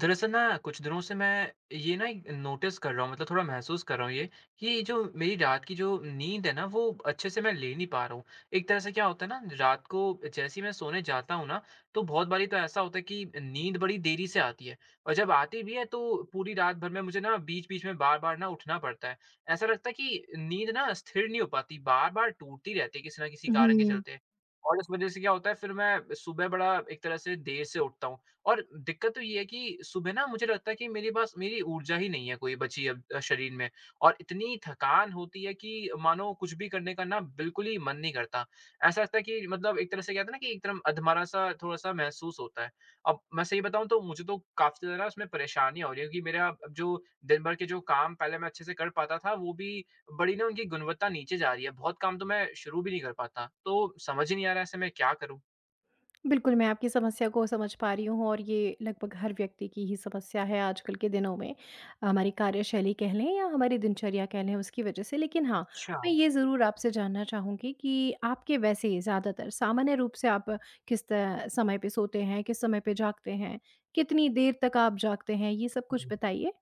दरअसल ना, कुछ दिनों से मैं ये ना एक नोटिस कर रहा हूँ, मतलब थोड़ा महसूस कर रहा हूँ ये, कि ये जो मेरी रात की जो नींद है ना, वो अच्छे से मैं ले नहीं पा रहा हूँ। एक तरह से क्या होता है ना, रात को जैसे ही मैं सोने जाता हूँ ना, तो बहुत बारी तो ऐसा होता है कि नींद बड़ी देरी से आती है और जब आती भी है तो पूरी रात भर में मुझे ना बीच-बीच में बार-बार ना उठना पड़ता है। ऐसा लगता है कि नींद ना स्थिर नहीं हो पाती, बार-बार टूटती रहती है किसी ना किसी कारण के हुँ। चलते। और इस वजह से क्या होता है फिर मैं सुबह बड़ा एक तरह से देर से उठता हूँ। और दिक्कत तो ये है कि सुबह ना मुझे लगता है कि मेरे पास मेरी ऊर्जा ही नहीं है कोई बची अब शरीर में और इतनी थकान होती है कि मानो कुछ भी करने का ना बिल्कुल ही मन नहीं करता। ऐसा लगता है कि मतलब एक तरह से कहते हैं ना कि एकदम अधमरा-सा थोड़ा-सा महसूस होता है। अब मैं सही बताऊँ तो मुझे तो काफ़ी ज़्यादा उसमें परेशानी हो रही है क्योंकि मेरा अब जो दिन भर के जो काम पहले मैं अच्छे से कर पाता था वो भी बड़ी ना उनकी गुणवत्ता नीचे जा रही है। बहुत काम तो मैं शुरू भी नहीं कर पाता। तो समझ ही नहीं आ रहा है ऐसे मैं क्या करूँ? बिल्कुल, मैं आपकी समस्या को समझ पा रही हूँ और ये लगभग हर व्यक्ति की ही समस्या है आजकल के दिनों में। हमारी कार्यशैली कह लें या हमारी दिनचर्या कह लें उसकी वजह से। लेकिन हाँ, अच्छा। मैं ये ज़रूर आपसे जानना चाहूँगी कि आपके वैसे ज़्यादातर सामान्य रूप से आप किस त समय पे सोते हैं? किस समय पे जागते हैं? कितनी देर तक आप जागते हैं? ये सब कुछ बताइए।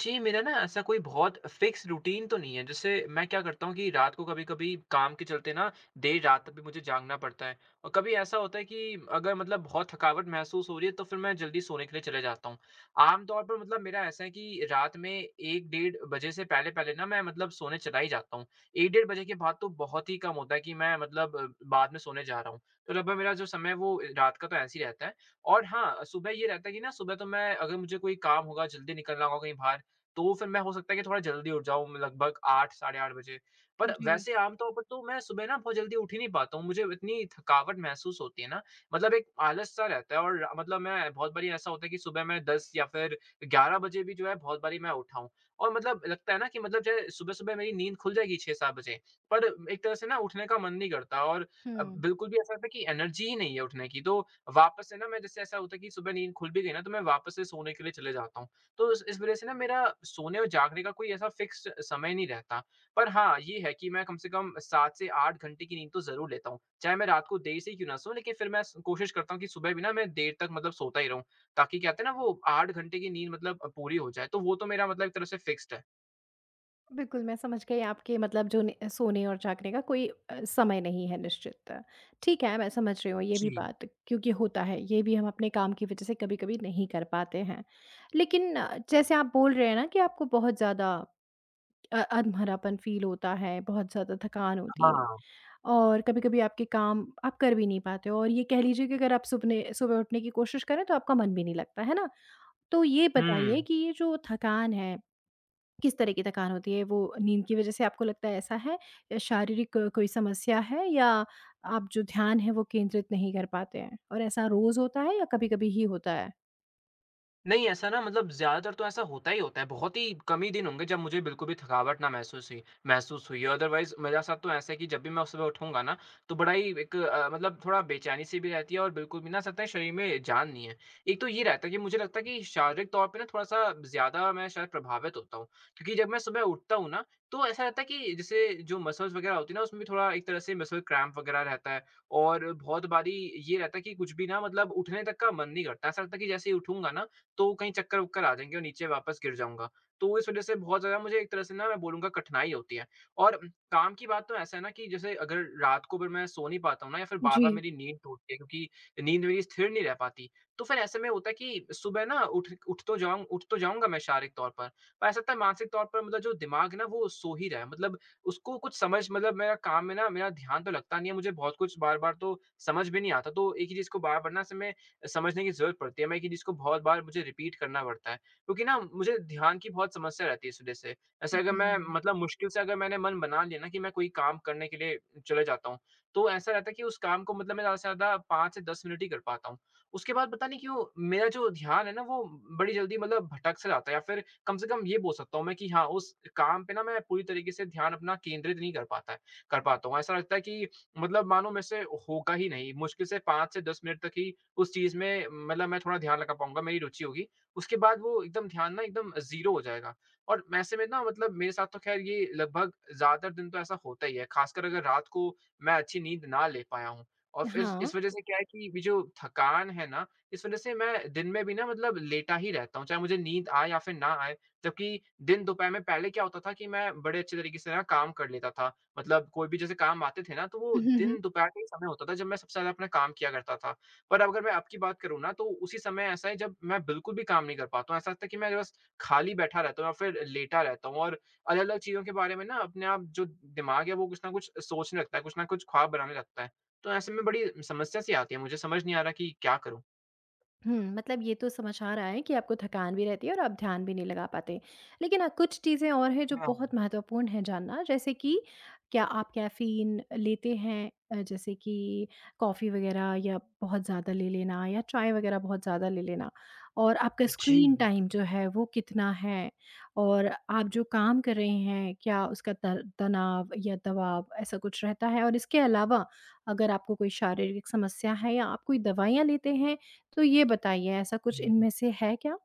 जी, मेरा ना ऐसा कोई बहुत फिक्स रूटीन तो नहीं है। जैसे मैं क्या करता हूँ कि रात को कभी-कभी काम के चलते ना देर रात तक भी मुझे जागना पड़ता है और कभी ऐसा होता है कि अगर मतलब बहुत थकावट महसूस हो रही है तो फिर मैं जल्दी सोने के लिए चले जाता हूँ। आम तौर पर मतलब मेरा ऐसा है कि रात में 1 डेढ़ बजे से पहले-पहले ना मैं मतलब सोने चला ही जाता हूँ। 1 डेढ़ बजे के बाद तो बहुत ही कम होता है कि मैं मतलब बाद में सोने जा रहा हूँ। तो लगभग मेरा जो समय है वो रात का तो ऐसे ही रहता है और हाँ, सुबह ये रहता है कि ना सुबह तो मैं अगर मुझे कोई काम होगा, जल्दी निकलना होगा कहीं बाहर तो फिर मैं हो सकता है कि थोड़ा जल्दी उठ जाऊँ लगभग 8 बजे साढ़े 8 बजे। पर जी। वैसे आम तौर पर तो मैं सुबह ना बहुत जल्दी उठ ही नहीं पाता हूँ, मुझे इतनी थकावट महसूस होती है ना, मतलब एक आलस-सा रहता है और मतलब मैं बहुत बारी ऐसा होता है कि सुबह मैं 10 बजे या फिर 11 बजे भी जो है बहुत बारी मैं उठा हूँ। और मतलब लगता है ना कि मतलब जो है सुबह-सुबह मेरी नींद खुल जाएगी 6-7 बजे, पर एक तरह से ना उठने का मन नहीं करता और हुँ। बिल्कुल भी ऐसा लगता है कि एनर्जी ही नहीं है उठने की। तो वापस से ना मैं जैसे ऐसा होता है कि सुबह नींद खुल भी गई ना, तो मैं वापस से सोने के लिए चले जाता हूँ। तो इस वज़ह से ना मेरा सोने और जागने का कोई ऐसा फ़िक्स समय नहीं रहता। पर हाँ, ये है कि मैं कम से कम 7 से 8 घंटे की नींद तो ज़रूर लेता हूँ। चाहे मैं रात को देर से ही क्यों ना सोऊँ, लेकिन फिर मैं स कोशिश करता हूँ कि सुबह भी ना मैं देर तक मतलब सोता ही रहूँ। ताकि क्या कहते हैं ना वो 8 घंटे की नींद मतलब पूरी हो जाए। तो वो तो मेरा मतलब एक तरह से फ़िक्स्ड है। बिल्कुल, मैं समझ गई आपके मतलब जो ने सोने और जागने का कोई समय नहीं है निश्चित। ठीक है, मैं समझ रही हूँ ये भी जी। बात, क्योंकि होता है, ये भी हम अपने काम की वज़ह से कभी-कभी नहीं कर पाते हैं। लेकिन जैसे आप बोल रहे हैं ना कि आपको बहुत ज़्यादा अधमरापन फ़ील होता है, बहुत ज़्यादा थकान होती है हाँ। और कभी-कभी आपके काम आप कर भी नहीं पाते हो और ये कह लीजिए कि अगर आप सुबह सुबह उठने की कोशिश करें तो आपका मन भी नहीं लगता, है ना? तो ये हुँ। बताइए कि ये जो थकान है, किस तरह की थकान होती है? वो नींद की वज़ह से आपको लगता है ऐसा है, या शारीरिक कोई समस्या है, या आप जो ध्यान है वो केंद्रित नहीं कर पाते हैं? और ऐसा रोज़ होता है या कभी-कभी ही होता है? नहीं, ऐसा ना मतलब ज़्यादातर तो ऐसा होता ही होता है, बहुत ही कम ही दिन होंगे जब मुझे बिल्कुल भी थकावट ना महसूस हुई। अदरवाइज़ मेरे साथ तो ऐसा है कि जब भी मैं सुबह उठूँगा ना, तो बड़ा ही एक मतलब थोड़ा बेचैनी-सी भी रहती है और बिल्कुल भी ना ऐसा लगता है शरीर में जान नहीं है। एक तो ये रहता है कि मुझे लगता है कि शारीरिक तौर पे ना थोड़ा-सा ज़्यादा मैं शायद प्रभावित होता हूँ, क्योंकि जब मैं सुबह उठता हूँ ना, तो ऐसा रहता है कि जैसे जो मसल्स वगैरह होती है ना, उसमें भी थोड़ा एक तरह से मसल क्रैम्प वगैरह रहता है और बहुत बारी ये रहता है कि कुछ भी ना मतलब उठने तक का मन नहीं करता। ऐसा लगता है कि जैसे ही उठूँगा ना, तो कहीं चक्कर-वक्कर आ जाएँगे और नीचे वापस गिर जाऊँगा। तो इस वज़ह से बहुत ज़्यादा मुझे एक तरह से ना मैं बोलूँगा कठिनाई होती है। और काम की बात तो ऐसा है ना कि जैसे अगर रात को भी मैं सो नहीं पाता हूँ ना या फिर जी। बार-बार मेरी नींद टूटती है क्योंकि नींद मेरी स्थिर नहीं रह पाती। तो फिर ऐसे में होता है कि सुबह ना उठ उठ तो जाऊँ उठ तो जाऊँगा मैं शारीरिक तौर पर ऐसा लगता है मानसिक तौर पर मतलब जो दिमाग है ना वो सो ही रहा है। मतलब उसको कुछ समझ मतलब मेरा काम में ना मेरा ध्यान तो लगता नहीं है, मुझे बहुत कुछ बार-बार तो समझ भी नहीं आता। तो एक ही चीज़ को बार-बार ना ऐसे मैं समझने की ज़रूरत पड़ती है। मैं कि जिसको बहुत बार मुझे रिपीट करना पड़ता है। क्योंकि ना मुझे ध्यान की बहुत समस्या रहती है इस वज़ह से। ऐसे अगर मैं हुँ। मतलब मुश्किल से अगर मैंने मन बना लिया ना कि मैं कोई काम करने के लिए चले जाता हूँ, तो ऐसा रहता है कि उस काम को मतलब मैं ज़्यादा से ज़्यादा 5 से 10 मिनट ही कर पाता हूँ। उसके बाद पता नहीं क्यों मेरा जो ध्यान है ना वो बड़ी जल्दी मतलब भटक सा जाता है या फिर कम से कम ये बोल सकता हूँ मैं कि हाँ, उस काम पे ना मैं पूरी तरीके से ध्यान अपना केंद्रित नहीं कर पाता हूँ। ऐसा लगता है कि मतलब मानो मेरे से होगा ही नहीं। मुश्किल से 5 से 10 मिनट तक ही उस चीज़ में मतलब मैं थोड़ा ध्यान लगा पाऊँगा, मेरी रुचि होगी। उसके बाद वो एकदम ध्यान ना एकदम ज़ीरो हो जाएगा और ऐसे में ना मतलब मेरे साथ तो ख़ैर ये लगभग ज़्यादातर दिन तो ऐसा होता ही है, ख़ासकर अगर रात को मैं अच्छी नींद ना ले पाया हूँ और फिर हाँ। इस वज़ह से क्या है कि ये जो थकान है ना, इस वज़ह से मैं दिन में भी ना मतलब लेटा ही रहता हूँ, चाहे मुझे नींद आए या फिर ना आए। जबकि दिन दोपहर में पहले क्या होता था कि मैं बड़े अच्छे तरीके से ना काम कर लेता था। मतलब कोई भी जैसे काम आते थे ना, तो वो हुँ, हुँ। दिन दोपहर का ही समय होता था जब मैं सबसे ज़्यादा अपना काम किया करता था। पर अगर मैं आपकी बात करूँ ना तो उसी समय ऐसा है जब मैं बिल्कुल भी काम नहीं कर पाता हूँ। ऐसा लगता है कि मैं बस खाली बैठा रहता हूँ या फिर लेटा रहता हूँ और अलग-अलग चीज़ों के बारे में ना अपने आप जो दिमाग है वो कुछ न कुछ सोचने लगता है, कुछ न कुछ ख्वाब बनाने लगता है। तो ऐसे में बड़ी समस्या सी आती है, मुझे समझ नहीं आ रहा कि क्या करूँ? मतलब ये तो समझ आ रहा है कि आपको थकान भी रहती है और आप ध्यान भी नहीं लगा पाते। लेकिन हाँ, कुछ चीज़ें और हैं जो हाँ, बहुत महत्वपूर्ण हैं जानना, जैसे कि क्या आप कैफ़ीन लेते हैं? जैसे कि कॉफ़ी वग़ैरह या बहुत ज़्यादा ले लेना, या चाय वग़ैरह बहुत ज़्यादा ले लेना। और आपका जी। स्क्रीन टाइम जो है वो कितना है? और आप जो काम कर रहे हैं, क्या उसका तर तनाव या दबाव ऐसा कुछ रहता है? और इसके अलावा अगर आपको कोई शारीरिक समस्या है या आप कोई दवाइयाँ लेते हैं, तो ये बताइए, ऐसा कुछ इनमें से है क्या?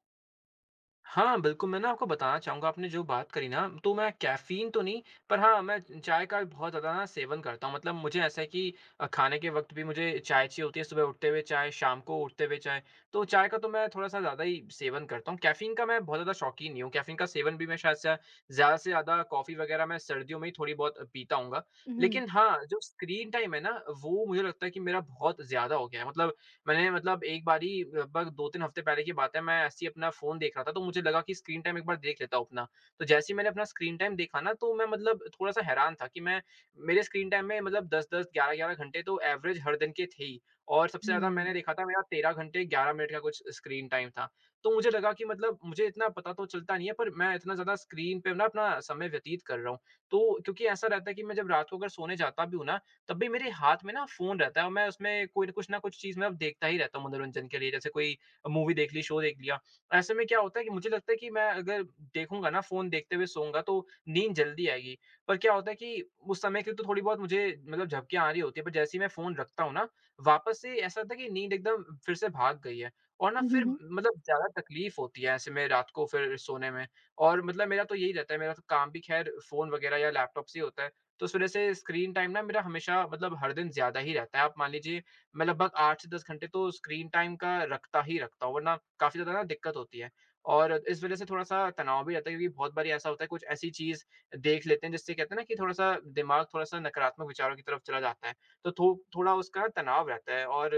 हाँ, बिल्कुल, मैं ना आपको बताना चाहूँगा, आपने जो बात करी ना, तो मैं कैफ़ीन तो नहीं, पर हाँ, मैं चाय का बहुत ज़्यादा ना सेवन करता हूँ। मतलब मुझे ऐसा है कि खाने के वक़्त भी मुझे चाय चाहिए होती है, सुबह उठते हुए चाय, शाम को उठते हुए चाय। तो चाय का तो मैं थोड़ा-सा ज़्यादा ही सेवन करता हूँ। कैफ़ीन का मैं बहुत ज़्यादा शौकीन नहीं हूँ। कैफ़ीन का सेवन भी मैं शायद से ज़्यादा कॉफ़ी वग़ैरह मैं सर्दियों में ही थोड़ी बहुत पीता हूँगा। हुँ, लेकिन हाँ, जो स्क्रीन टाइम है ना, वो मुझे लगता है कि मेरा बहुत ज़्यादा हो गया है। मतलब मैंने मतलब एक बारी लगभग 2-3 हफ्ते पहले की बात है, मैं ऐसे ही अपना फ़ोन देख रहा था, तो मुझे लगा कि स्क्रीन टाइम एक बार देख लेता हूँ अपना। तो जैसे ही मैंने अपना स्क्रीन टाइम देखा ना, तो मैं मतलब थोड़ा-सा हैरान था कि मैं मेरे स्क्रीन टाइम में मतलब 10-10, 11-11 घंटे तो एवरेज हर दिन के थे ही और सबसे ज़्यादा मैंने हुँ। देखा था मेरा 13 घंटे 11 मिनट का कुछ स्क्रीन टाइम था। तो मुझे लगा कि मतलब मुझे इतना पता तो चलता नहीं है, पर मैं इतना ज़्यादा स्क्रीन पे ना अपना समय व्यतीत कर रहा हूँ। तो क्योंकि ऐसा रहता है कि मैं जब रात को अगर सोने जाता भी हूँ ना, तब भी मेरे हाथ में ना फ़ोन रहता है और मैं उसमें कोई न कुछ ना कुछ चीज़ मैं अब देखता ही रहता हूँ मनोरंजन के लिए, जैसे कोई मूवी देख ली, शो देख लिया। ऐसे में क्या होता है कि मुझे लगता है कि मैं अगर देखूँगा ना फ़ोन देखते हुए सोऊँगा तो नींद जल्दी आएगी। पर क्या होता है कि उस समय के लिए तो थोड़ी बहुत मुझे मतलब झपकियाँ आ रही होती हैं, पर जैसे ही मैं फ़ोन रखता हूँ ना, वापस से ऐसा होता है कि नींद एकदम फिर से भाग गई है और ना हुँ, फिर हुँ। मतलब ज़्यादा तकलीफ़ होती है ऐसे में रात को फिर सोने में। और मतलब मेरा तो यही रहता है, मेरा तो काम भी ख़ैर फ़ोन वग़ैरह या लैपटॉप से ही होता है। तो उस वज़ह से स्क्रीन टाइम ना मेरा हमेशा मतलब हर दिन ज़्यादा ही रहता है। आप मान लीजिए मैं लगभग 8 से 10 घंटे तो स्क्रीन टाइम का रखता हूँ, वरना काफ़ी ज़्यादा ना दिक्कत होती है। और इस वज़ह से थोड़ा-सा तनाव भी रहता है क्योंकि बहुत बारी ऐसा होता है कुछ ऐसी चीज़ देख लेते हैं जिससे कहते हैं ना कि थोड़ा-सा दिमाग थोड़ा-सा नकारात्मक विचारों की तरफ चला जाता है। तो थो थोड़ा उसका तनाव रहता है और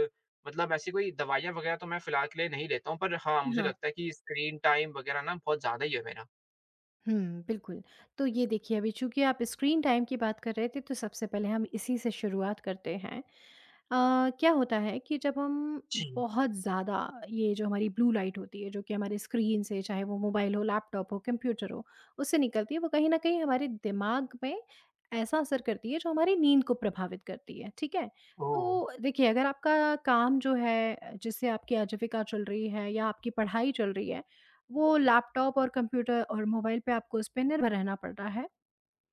मतलब ऐसी कोई दवाइयाँ वग़ैरह तो मैं फ़िलहाल के लिए नहीं लेता हूँ, पर हाँ, मुझे हाँ। लगता है कि स्क्रीन टाइम वग़ैरह ना बहुत ज़्यादा ही है मेरा। हुँ, बिल्कुल। तो ये देखिए, अभी चूँकि आप स्क्रीन टाइम की बात कर रहे थे, तो सबसे पहले हम इसी से शुरुआत करते हैं। क्या होता है कि जब हम जी। बहुत ज़्यादा, ये जो हमारी ब्लू लाइट होती है जो कि हमारे स्क्रीन से, चाहे वो मोबाइल हो, लैपटॉप हो, कंप्यूटर हो, उससे निकलती है, वो कहीं ना कहीं हमारे दिमाग में ऐसा असर करती है जो हमारी नींद को प्रभावित करती है, ठीक है। ओह! तो देखिए, अगर आपका काम जो है, जिससे आपकी आजीविका चल रही है या आपकी पढ़ाई चल रही है, वो लैपटॉप और कंप्यूटर और मोबाइल पे आपको उस पर निर्भर रहना पड़ रहा है,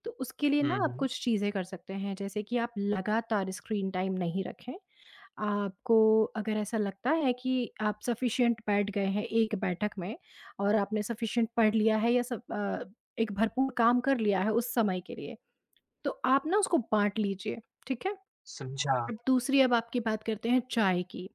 तो उसके लिए ना हुँ, आप हुँ। कुछ चीज़ें कर सकते हैं, जैसे कि आप लगातार स्क्रीन टाइम नहीं रखें। आपको अगर ऐसा लगता है कि आप सफिशिएंट बैठ गए हैं एक बैठक में और आपने सफिशिएंट पढ़ लिया है, या सब एक भरपूर काम कर लिया है उस समय के लिए, तो आप ना उसको बाँट लीजिए, ठीक है? समझा। अब दूसरी, अब आपकी बात करते हैं चाय की।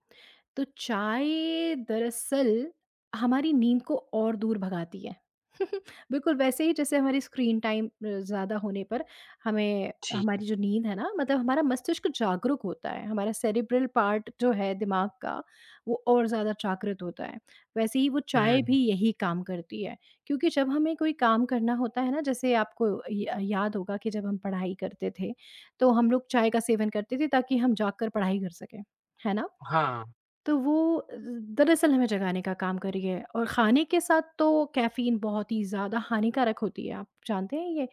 तो चाय दरअसल हमारी नींद को और दूर भगाती है। बिल्कुल वैसे ही जैसे हमारी स्क्रीन टाइम ज़्यादा होने पर हमें ठीक। हमारी जो नींद है ना, मतलब हमारा मस्तिष्क जागरूक होता है, हमारा सेरेब्रल पार्ट जो है दिमाग का, वो और ज़्यादा जागृत होता है। वैसे ही वो चाय हुँ। भी यही काम करती है, क्योंकि जब हमें कोई काम करना होता है ना, जैसे आपको य याद होगा कि जब हम पढ़ाई करते थे, तो हम लोग चाय का सेवन करते थे ताकि हम जागकर पढ़ाई कर सकें, है ना? हाँ, तो वो दरअसल हमें जगाने का काम कर रही है। और खाने के साथ तो कैफ़ीन बहुत ही ज़्यादा हानिकारक होती है, आप जानते हैं ये?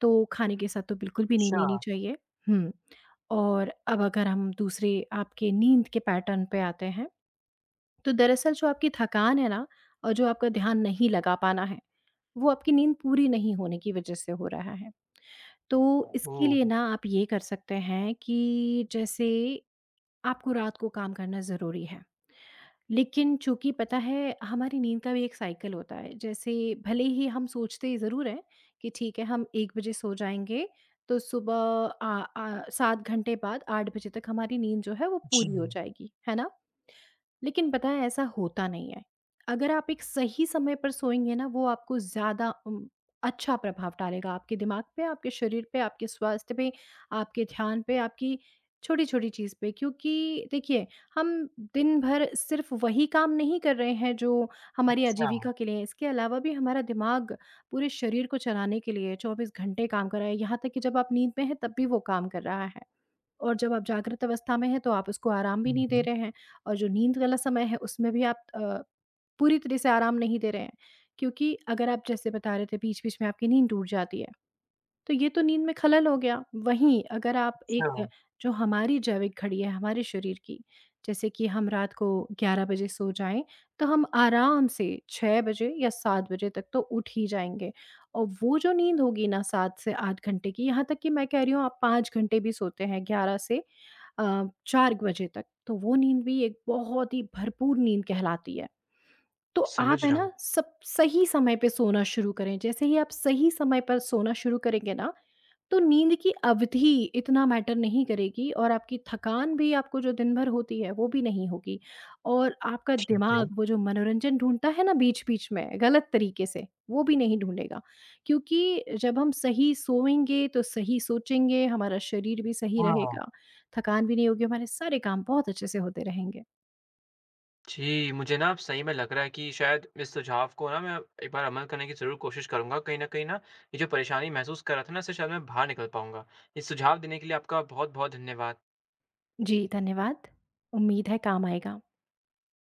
तो खाने के साथ तो बिल्कुल भी नहीं अच्छा, लेनी चाहिए। हुँ, और अब अगर हम दूसरे आपके नींद के पैटर्न पे आते हैं, तो दरअसल जो आपकी थकान है ना और जो आपका ध्यान नहीं लगा पाना है, वो आपकी नींद पूरी नहीं होने की वजह से हो रहा है। तो इसके ओह! लिए ना आप ये कर सकते हैं कि जैसे आपको रात को काम करना ज़रूरी है। लेकिन चूँकि पता है, हमारी नींद का भी एक साइकिल होता है। जैसे भले ही हम सोचते ज़रूर हैं कि ठीक है, हम 1 बजे सो जाएँगे तो सुबह 7 घंटे बाद 8 बजे तक हमारी नींद जो है वो जी, पूरी हो जाएगी। है ना? लेकिन पता है ऐसा होता नहीं है। अगर आप एक सही समय पर सोएँगे ना, वो आपको ज़्यादा अच्छा प्रभाव डालेगा आपके दिमाग पे, आपके शरीर पे, आपके स्वास्थ्य पे, आपके ध्यान पे, आपकी छोटी-छोटी चीज़ पे। क्योंकि देखिए, हम दिन भर सिर्फ़ वही काम नहीं कर रहे हैं जो हमारी अच्छा। आजीविका के लिए है। इसके अलावा भी हमारा दिमाग पूरे शरीर को चलाने के लिए 24 घंटे काम कर रहा है। यहाँ तक कि जब आप नींद में हैं तब भी वो काम कर रहा है। और जब आप जागृत अवस्था में हैं, तो आप उसको आराम भी हुँ, नहीं दे हुँ, रहे हैं, और जो नींद वाला समय है, उसमें भी आप पूरी तरह से आराम नहीं दे रहे हैं। क्योंकि अगर आप जैसे बता रहे थे, बीच-बीच में आपकी नींद टूट जाती है, तो ये तो नींद में खलल हो गया। वहीं अगर आप अच्छा। एक, जो हमारी जैविक घड़ी है हमारे शरीर की, जैसे कि हम रात को 11 बजे सो जाएँ, तो हम आराम से 6 बजे या 7 बजे तक तो उठ ही जाएँगे। और वो जो नींद होगी ना 7 से 8 घंटे की, यहाँ तक कि मैं कह रही हूँ आप 5 घंटे भी सोते हैं 11 से 4 बजे तक, तो वो नींद भी एक बहुत ही भरपूर नींद कहलाती है। तो आप समझ है रहा हूँ। ना, सब सही समय पे सोना शुरू करें। जैसे ही आप सही समय पर सोना शुरू करेंगे ना, तो नींद की अवधि इतना मैटर नहीं करेगी और आपकी थकान भी, आपको जो दिन भर होती है, वो भी नहीं होगी, और आपका ठीक है, दिमाग वो जो मनोरंजन ढूंढता है ना बीच-बीच में गलत तरीके से, वो भी नहीं ढूंढेगा। क्योंकि जब हम सही सोएँगे तो सही सोचेंगे, हमारा शरीर भी सही हाँ। रहेगा, थकान भी नहीं होगी, हमारे सारे काम बहुत अच्छे से होते रहेंगे। जी, मुझे ना अब सही में लग रहा है कि शायद इस सुझाव को ना मैं एक बार अमल करने की ज़रूर कोशिश करूँगा। कहीं न कहीं ना, ये जो परेशानी महसूस कर रहा था ना, इससे शायद मैं बाहर निकल पाऊँगा। ये सुझाव देने के लिए आपका बहुत-बहुत धन्यवाद। जी, धन्यवाद। उम्मीद है काम आएगा।